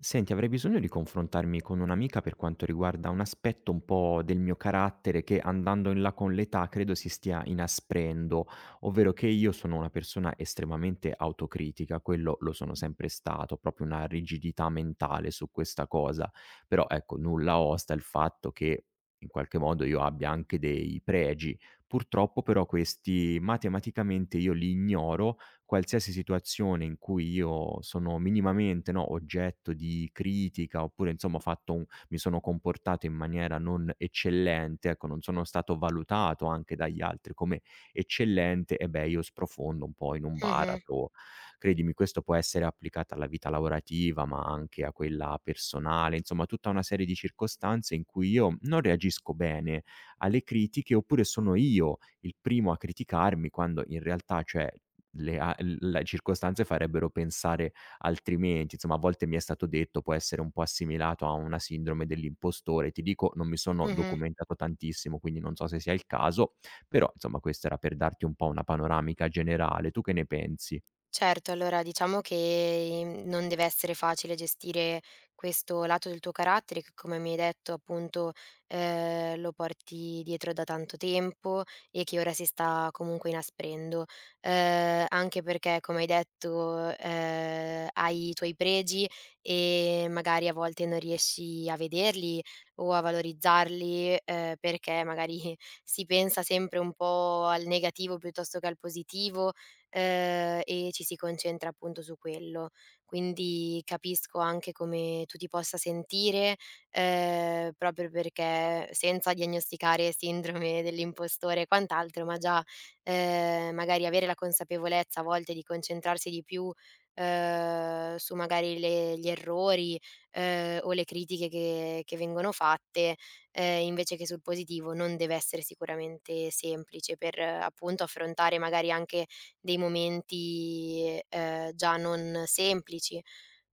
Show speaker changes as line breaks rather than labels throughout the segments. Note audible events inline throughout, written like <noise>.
Senti, avrei bisogno di confrontarmi con un'amica per quanto riguarda un aspetto un po' del mio carattere che andando in là con l'età credo si stia inasprendo, ovvero che io sono una persona estremamente autocritica, quello lo sono sempre stato, proprio una rigidità mentale su questa cosa, però ecco, nulla osta il fatto che in qualche modo io abbia anche dei pregi. Purtroppo però questi matematicamente io li ignoro qualsiasi situazione in cui io sono minimamente, no, oggetto di critica oppure insomma ho fatto un mi sono comportato in maniera non eccellente, ecco, non sono stato valutato anche dagli altri come eccellente, e beh, io sprofondo un po' in un
Mh-mh,
baratro. Credimi, questo può essere applicato alla vita lavorativa, ma anche a quella personale, insomma tutta una serie di circostanze in cui io non reagisco bene alle critiche, oppure sono io il primo a criticarmi quando in realtà, cioè, le circostanze farebbero pensare altrimenti. Insomma, a volte mi è stato detto può essere un po' assimilato a una sindrome dell'impostore. Ti dico, non mi sono
mh-mh.
documentato tantissimo, quindi non so se sia il caso, però insomma questo era per darti un po' una panoramica generale. Tu che ne pensi?
Certo, allora diciamo che, non deve essere facile gestire questo lato del tuo carattere che, come mi hai detto, appunto, lo porti dietro da tanto tempo e che ora si sta comunque inasprendo. Anche perché, come hai detto, hai i tuoi pregi e magari a volte non riesci a vederli o a valorizzarli, perché magari <laughs> si pensa sempre un po' al negativo piuttosto che al positivo e ci si concentra appunto su quello. Quindi capisco anche come tu ti possa sentire, proprio perché senza diagnosticare sindrome dell'impostore e quant'altro, ma già, magari avere la consapevolezza a volte di concentrarsi di più, su magari le gli errori, o le critiche che vengono fatte, invece che sul positivo non deve essere sicuramente semplice per appunto affrontare magari anche dei momenti, già non semplici.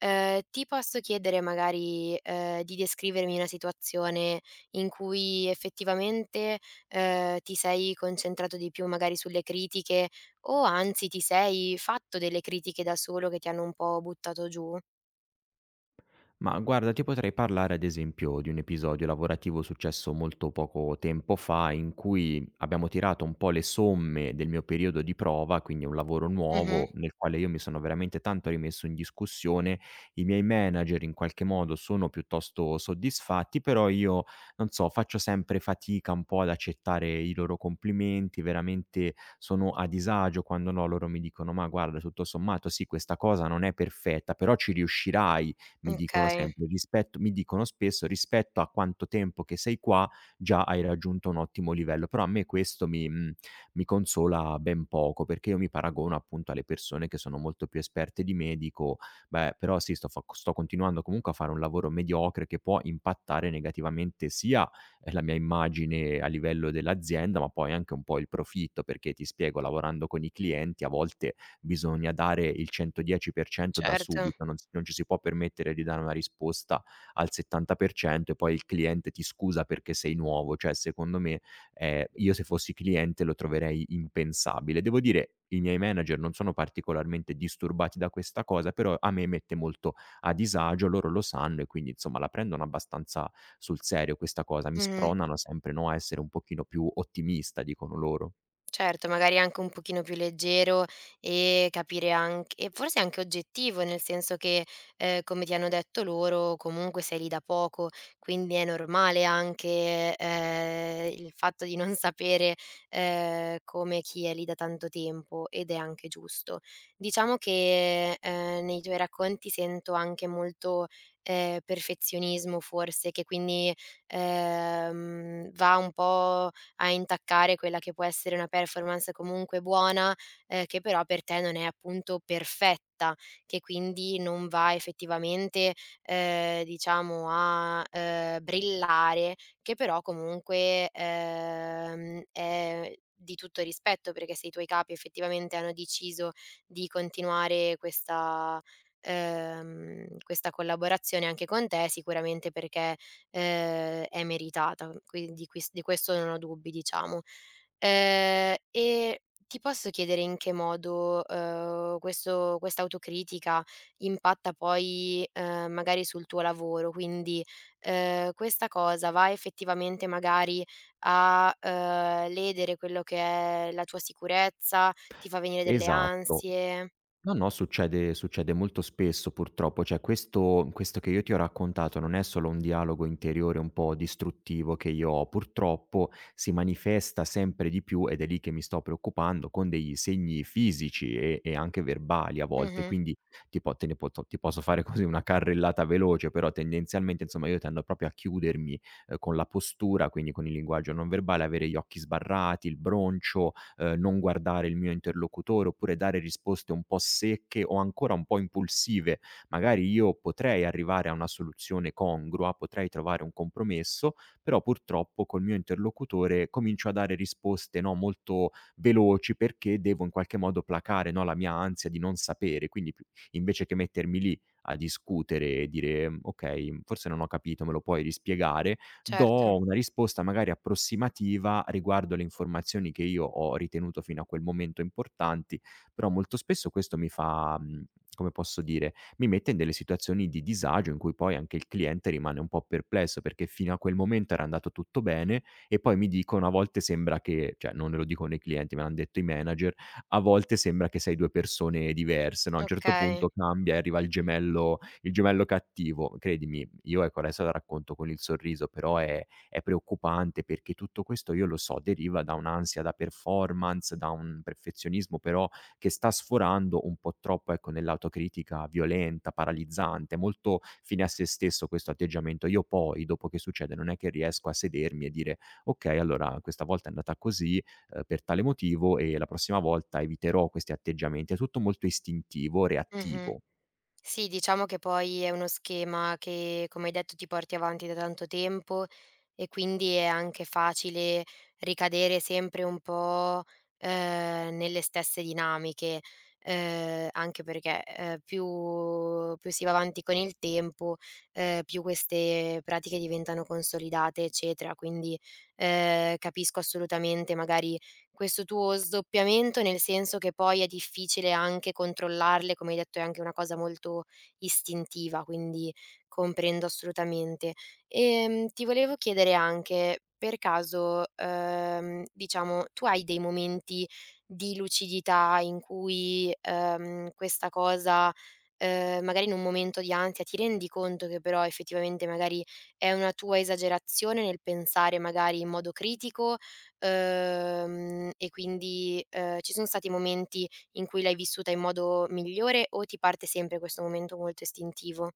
Ti posso chiedere magari, di descrivermi una situazione in cui effettivamente, ti sei concentrato di più magari sulle critiche o anzi ti sei fatto delle critiche da solo che ti hanno un po' buttato giù?
Ma guarda, ti potrei parlare ad esempio di un episodio lavorativo successo molto poco tempo fa in cui abbiamo tirato un po' le somme del mio periodo di prova, quindi un lavoro
Mh-mh.
nuovo nel quale io mi sono veramente tanto rimesso in discussione. I miei manager in qualche modo sono piuttosto soddisfatti, però io non so, faccio sempre fatica un po' ad accettare i loro complimenti, veramente sono a disagio quando no, loro mi dicono: "Ma guarda, tutto sommato sì, questa cosa non è perfetta, però ci riuscirai". Mi dicono
Okay,
sempre: "Rispetto". Mi dicono spesso: "Rispetto a quanto tempo che sei qua, già hai raggiunto un ottimo livello". Però a me questo mi mi consola ben poco, perché io mi paragono appunto alle persone che sono molto più esperte di me e dico: "Beh, però sì, sto fa sto continuando comunque a fare un lavoro mediocre che può impattare negativamente sia, la mia immagine a livello dell'azienda, ma poi anche un po' il profitto", perché ti spiego, lavorando con i clienti a volte bisogna dare il 110% da
certo.
subito, non s non ci si può permettere di dare una risposta al 70% e poi il cliente ti scusa perché sei nuovo. Cioè, secondo me, io se fossi cliente lo troverei impensabile. Devo dire, i miei manager non sono particolarmente disturbati da questa cosa, però a me mette molto a disagio, loro lo sanno e quindi insomma la prendono abbastanza sul serio questa cosa. Mi
Mh-mh.
spronano sempre, no, a essere un pochino più ottimista, dicono loro.
Certo, magari anche un pochino più leggero e capire anc e forse anche oggettivo, nel senso che, come ti hanno detto loro, comunque sei lì da poco, quindi è normale anche, il fatto di non sapere, come chi è lì da tanto tempo ed è anche giusto. Diciamo che, nei tuoi racconti sento anche molto, perfezionismo forse, che quindi, va un po' a intaccare quella che può essere una performance comunque buona, che però per te non è appunto perfetta, che quindi non va effettivamente, brillare, che però comunque, è di tutto rispetto, perché se i tuoi capi effettivamente hanno deciso di continuare questa questa collaborazione anche con te, sicuramente perché, è meritata, qui di ques di questo non ho dubbi diciamo. E ti posso chiedere in che modo, questo questa autocritica impatta poi, magari sul tuo lavoro? Quindi, questa cosa va effettivamente magari a, ledere quello che è la tua sicurezza? Ti fa venire delle
Esatto.
ansie?
No, no, succede molto spesso purtroppo, cioè questo che io ti ho raccontato non è solo un dialogo interiore un po' distruttivo che io ho, purtroppo si manifesta sempre di più, ed è lì che mi sto preoccupando, con degli segni fisici e anche verbali a volte.
Mh-mh,
Quindi ti po te ne poto ti posso fare così una carrellata veloce, però tendenzialmente insomma io tendo proprio a chiudermi, con la postura, quindi con il linguaggio non verbale, avere gli occhi sbarrati, il broncio, non guardare il mio interlocutore oppure dare risposte un po' secche o ancora un po' impulsive. Magari io potrei arrivare a una soluzione congrua, potrei trovare un compromesso, però purtroppo col mio interlocutore comincio a dare risposte no, molto veloci perché devo in qualche modo placare no, la mia ansia di non sapere. Quindi invece che mettermi lì a discutere e dire: ok, forse non ho capito, me lo puoi rispiegare",
certo,
do una risposta magari approssimativa riguardo le informazioni che io ho ritenuto fino a quel momento importanti, però molto spesso questo mi fa, come posso dire, mi mette in delle situazioni di disagio in cui poi anche il cliente rimane un po' perplesso, perché fino a quel momento era andato tutto bene e poi mi dicono a volte sembra che cioè non me lo dicono i clienti, me l'han detto i manager, a volte sembra che sei due persone diverse, no, a un certo
okay.
punto cambia e arriva il gemello cattivo. Credimi, io ecco adesso la racconto con il sorriso, però è preoccupante perché tutto questo io lo so, deriva da un'ansia da performance, da un perfezionismo però che sta sforando un po' troppo, ecco, nell'autocritica violenta, paralizzante, molto fine a se stesso questo atteggiamento. Io poi, dopo che succede, non è che riesco a sedermi e dire: "Okay, allora questa volta è andata così, per tale motivo e la prossima volta eviterò questi atteggiamenti". È tutto molto istintivo,
Mh-mh.
reattivo.
Sì, diciamo che poi è uno schema che, come hai detto, ti porti avanti da tanto tempo e quindi è anche facile ricadere sempre un po', nelle stesse dinamiche, anche perché, più si va avanti con il tempo, più queste pratiche diventano consolidate, eccetera. Quindi, capisco assolutamente magari questo tuo sdoppiamento, nel senso che poi è difficile anche controllarle, come hai detto è anche una cosa molto istintiva, quindi comprendo assolutamente. Ti volevo chiedere anche, per caso, diciamo, tu hai dei momenti di lucidità in cui, questa cosa, magari in un momento di ansia ti rendi conto che però effettivamente magari è una tua esagerazione nel pensare magari in modo critico. E quindi, ci son stati momenti in cui l'hai vissuta in modo migliore o ti parte sempre questo momento molto istintivo?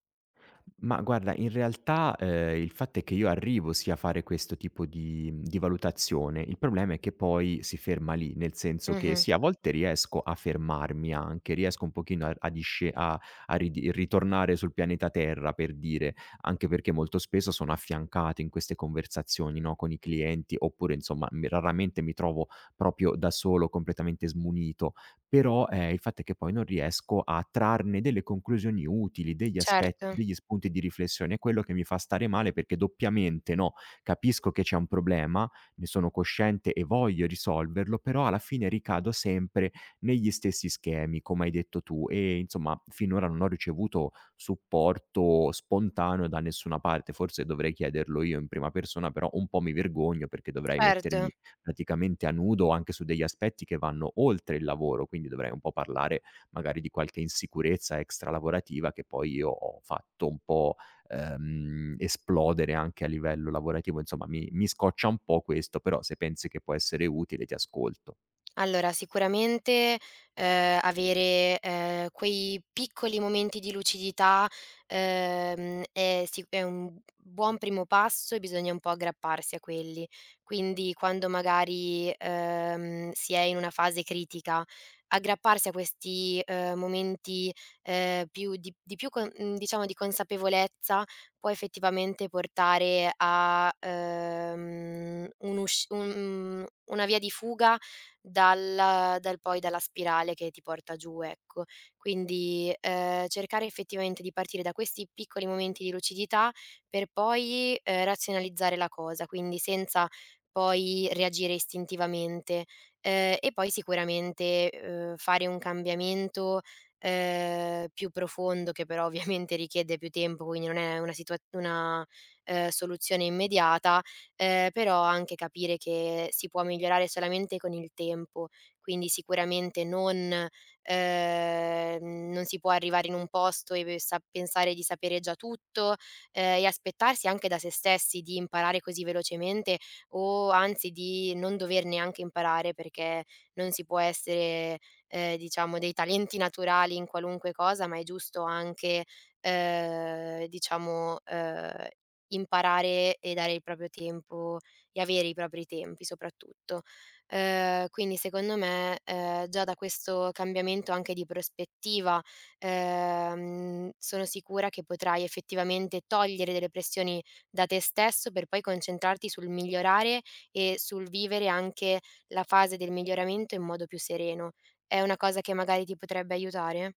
Ma guarda, in realtà, il fatto è che io arrivo sì a fare questo tipo di di valutazione, il problema è che poi si ferma lì, nel senso che
Mh-mh.
sì, a volte riesco a fermarmi anche, riesco un pochino a a disce a a ridi ritornare sul pianeta Terra, per dire, anche perché molto spesso sono affiancato in queste conversazioni, no, con i clienti, oppure insomma, mi raramente mi trovo proprio da solo, completamente smunito però, il fatto è che poi non riesco a trarne delle conclusioni utili, degli aspe
Certo,
degli spunti di riflessione. È quello che mi fa stare male perché doppiamente, no, capisco che c'è un problema, ne sono cosciente e voglio risolverlo, però alla fine ricado sempre negli stessi schemi, come hai detto tu, e insomma finora non ho ricevuto supporto spontaneo da nessuna parte. Forse dovrei chiederlo io in prima persona, però un po' mi vergogno perché dovrei
certo.
mettermi praticamente a nudo anche su degli aspetti che vanno oltre il lavoro, quindi dovrei un po' parlare magari di qualche insicurezza extralavorativa che poi io ho fatto un po', esplodere anche a livello lavorativo. Insomma mi scoccia un po' questo, però se pensi che può essere utile ti ascolto.
Allora, sicuramente, avere, quei piccoli momenti di lucidità, è un buon primo passo e bisogna un po' aggrapparsi a quelli. Quindi quando magari, si è in una fase critica, aggrapparsi a questi, momenti, più di più con diciamo di consapevolezza, può effettivamente portare a, una via di fuga dalla dal poi dalla spirale che ti porta giù, ecco. Quindi, cercare effettivamente di partire da questi piccoli momenti di lucidità per poi, razionalizzare la cosa, quindi senza poi reagire istintivamente. E poi sicuramente, fare un cambiamento, più profondo che però ovviamente richiede più tempo, quindi non è una situa una, soluzione immediata, però anche capire che si può migliorare solamente con il tempo, quindi sicuramente non si può arrivare in un posto e pe sa pensare di sapere già tutto, e aspettarsi anche da se stessi di imparare così velocemente o anzi di non dover neanche imparare, perché non si può essere, diciamo dei talenti naturali in qualunque cosa, ma è giusto anche, ehm, diciamo, ehm imparare e dare il proprio tempo e avere i propri tempi soprattutto. Quindi secondo me, già da questo cambiamento anche di prospettiva, sono sicura che potrai effettivamente togliere delle pressioni da te stesso per poi concentrarti sul migliorare e sul vivere anche la fase del miglioramento in modo più sereno. È una cosa che magari ti potrebbe aiutare?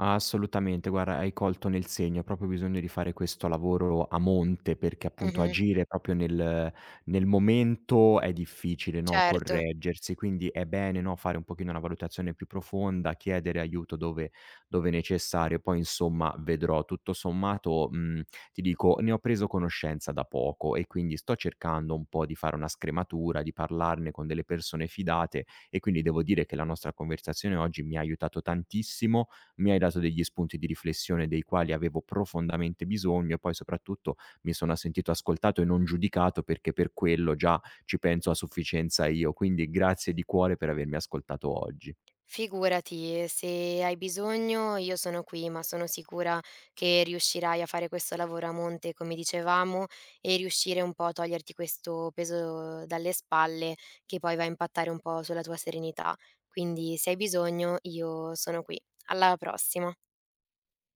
Assolutamente, guarda hai colto nel segno, ho proprio bisogno di fare questo lavoro a monte, perché appunto
Mh-mh,
agire proprio nel momento è difficile, no,
certo.
correggersi, quindi è bene, no, fare un pochino una valutazione più profonda, chiedere aiuto dove necessario, poi insomma vedrò. Tutto sommato, ti dico, ne ho preso conoscenza da poco e quindi sto cercando un po' di fare una scrematura, di parlarne con delle persone fidate e quindi devo dire che la nostra conversazione oggi mi ha aiutato tantissimo, mi hai dato degli spunti di riflessione dei quali avevo profondamente bisogno e poi soprattutto mi sono sentito ascoltato e non giudicato perché per quello già ci penso a sufficienza io. Quindi grazie di cuore per avermi ascoltato oggi.
Figurati, se hai bisogno io sono qui, ma sono sicura che riuscirai a fare questo lavoro a monte, come dicevamo, e riuscire un po' a toglierti questo peso dalle spalle che poi va a impattare un po' sulla tua serenità. Quindi se hai bisogno io sono qui. Alla prossima.